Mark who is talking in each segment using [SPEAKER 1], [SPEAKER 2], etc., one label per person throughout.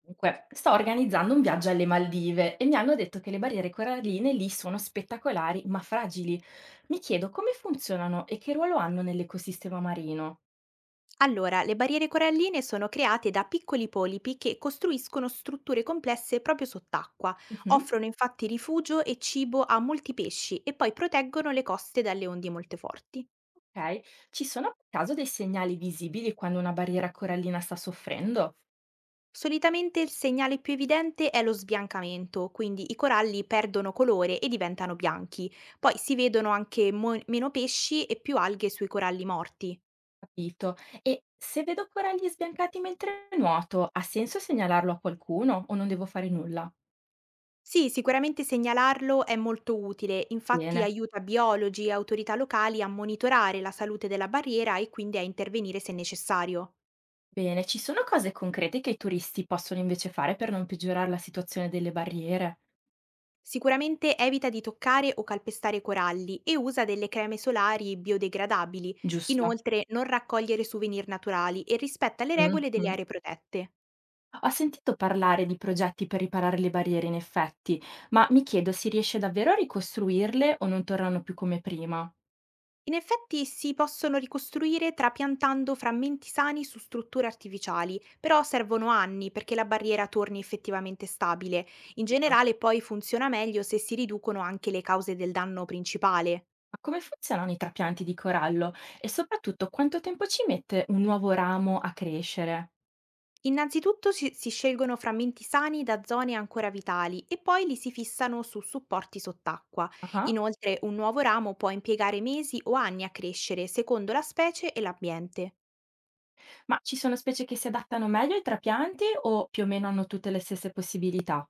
[SPEAKER 1] Comunque, sto organizzando un viaggio alle Maldive e mi hanno detto che le barriere coralline lì sono spettacolari ma fragili. Mi chiedo come funzionano e che ruolo hanno nell'ecosistema marino.
[SPEAKER 2] Allora, le barriere coralline sono create da piccoli polipi che costruiscono strutture complesse proprio sott'acqua,
[SPEAKER 1] Mhm.
[SPEAKER 2] offrono infatti rifugio e cibo a molti pesci e poi proteggono le coste dalle onde molto forti.
[SPEAKER 1] Ok, ci sono per caso dei segnali visibili quando una barriera corallina sta soffrendo?
[SPEAKER 2] Solitamente il segnale più evidente è lo sbiancamento, quindi i coralli perdono colore e diventano bianchi, poi si vedono anche meno pesci e più alghe sui coralli morti.
[SPEAKER 1] Capito. E se vedo coralli sbiancati mentre nuoto, ha senso segnalarlo a qualcuno o non devo fare nulla?
[SPEAKER 2] Sì, sicuramente segnalarlo è molto utile, infatti
[SPEAKER 1] Bene.
[SPEAKER 2] aiuta biologi e autorità locali a monitorare la salute della barriera e quindi a intervenire se necessario.
[SPEAKER 1] Bene, ci sono cose concrete che i turisti possono invece fare per non peggiorare la situazione delle barriere?
[SPEAKER 2] Sicuramente evita di toccare o calpestare coralli e usa delle creme solari biodegradabili.
[SPEAKER 1] Giusto.
[SPEAKER 2] Inoltre non raccogliere souvenir naturali e rispetta le regole delle
[SPEAKER 1] Mh-mh.
[SPEAKER 2] aree protette.
[SPEAKER 1] Ho sentito parlare di progetti per riparare le barriere in effetti, ma mi chiedo si riesce davvero a ricostruirle o non tornano più come prima.
[SPEAKER 2] In effetti si possono ricostruire trapiantando frammenti sani su strutture artificiali, però servono anni perché la barriera torni effettivamente stabile. In
[SPEAKER 1] Capito.
[SPEAKER 2] generale poi funziona meglio se si riducono anche le cause del danno principale.
[SPEAKER 1] Ma come funzionano i trapianti di corallo e soprattutto quanto tempo ci mette un nuovo ramo a crescere?
[SPEAKER 2] Innanzitutto si scelgono frammenti sani da zone ancora vitali e poi li si fissano su supporti sott'acqua.
[SPEAKER 1] Ah-ah.
[SPEAKER 2] Inoltre un nuovo ramo può impiegare mesi o anni a crescere secondo la specie e l'ambiente.
[SPEAKER 1] Ma ci sono specie che si adattano meglio ai trapianti o più o meno hanno tutte le stesse possibilità?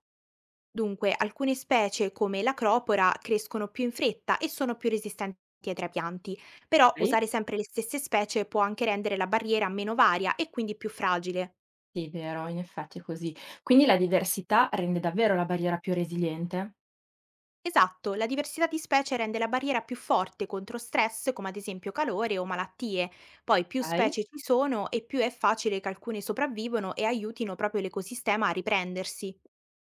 [SPEAKER 2] Dunque, alcune specie come l'acropora crescono più in fretta e sono più resistenti ai trapianti, però
[SPEAKER 1] Okay.
[SPEAKER 2] usare sempre le stesse specie può anche rendere la barriera meno varia e quindi più fragile.
[SPEAKER 1] Sì, vero, in effetti è così. Quindi la diversità rende davvero la barriera più resiliente?
[SPEAKER 2] Esatto, la diversità di specie rende la barriera più forte contro stress come ad esempio calore o malattie. Poi più
[SPEAKER 1] Okay.
[SPEAKER 2] specie ci sono e più è facile che alcune sopravvivano e aiutino proprio l'ecosistema a riprendersi.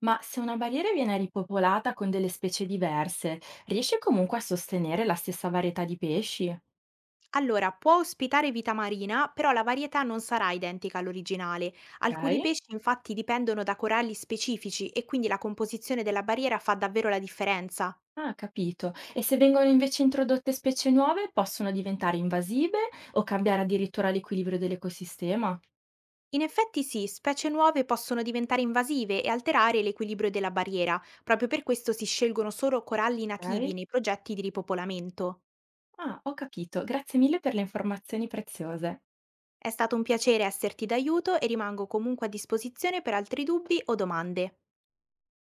[SPEAKER 1] Ma se una barriera viene ripopolata con delle specie diverse, riesce comunque a sostenere la stessa varietà di pesci?
[SPEAKER 2] Allora, può ospitare vita marina, però la varietà non sarà identica all'originale. Alcuni
[SPEAKER 1] Ok?
[SPEAKER 2] pesci infatti dipendono da coralli specifici e quindi la composizione della barriera fa davvero la differenza.
[SPEAKER 1] Ah, capito. E se vengono invece introdotte specie nuove, possono diventare invasive o cambiare addirittura l'equilibrio dell'ecosistema?
[SPEAKER 2] In effetti sì, specie nuove possono diventare invasive e alterare l'equilibrio della barriera, proprio per questo si scelgono solo coralli nativi
[SPEAKER 1] Ok?
[SPEAKER 2] nei progetti di ripopolamento.
[SPEAKER 1] Ah, ho capito. Grazie mille per le informazioni preziose.
[SPEAKER 2] È stato un piacere esserti d'aiuto e rimango comunque a disposizione per altri dubbi o domande.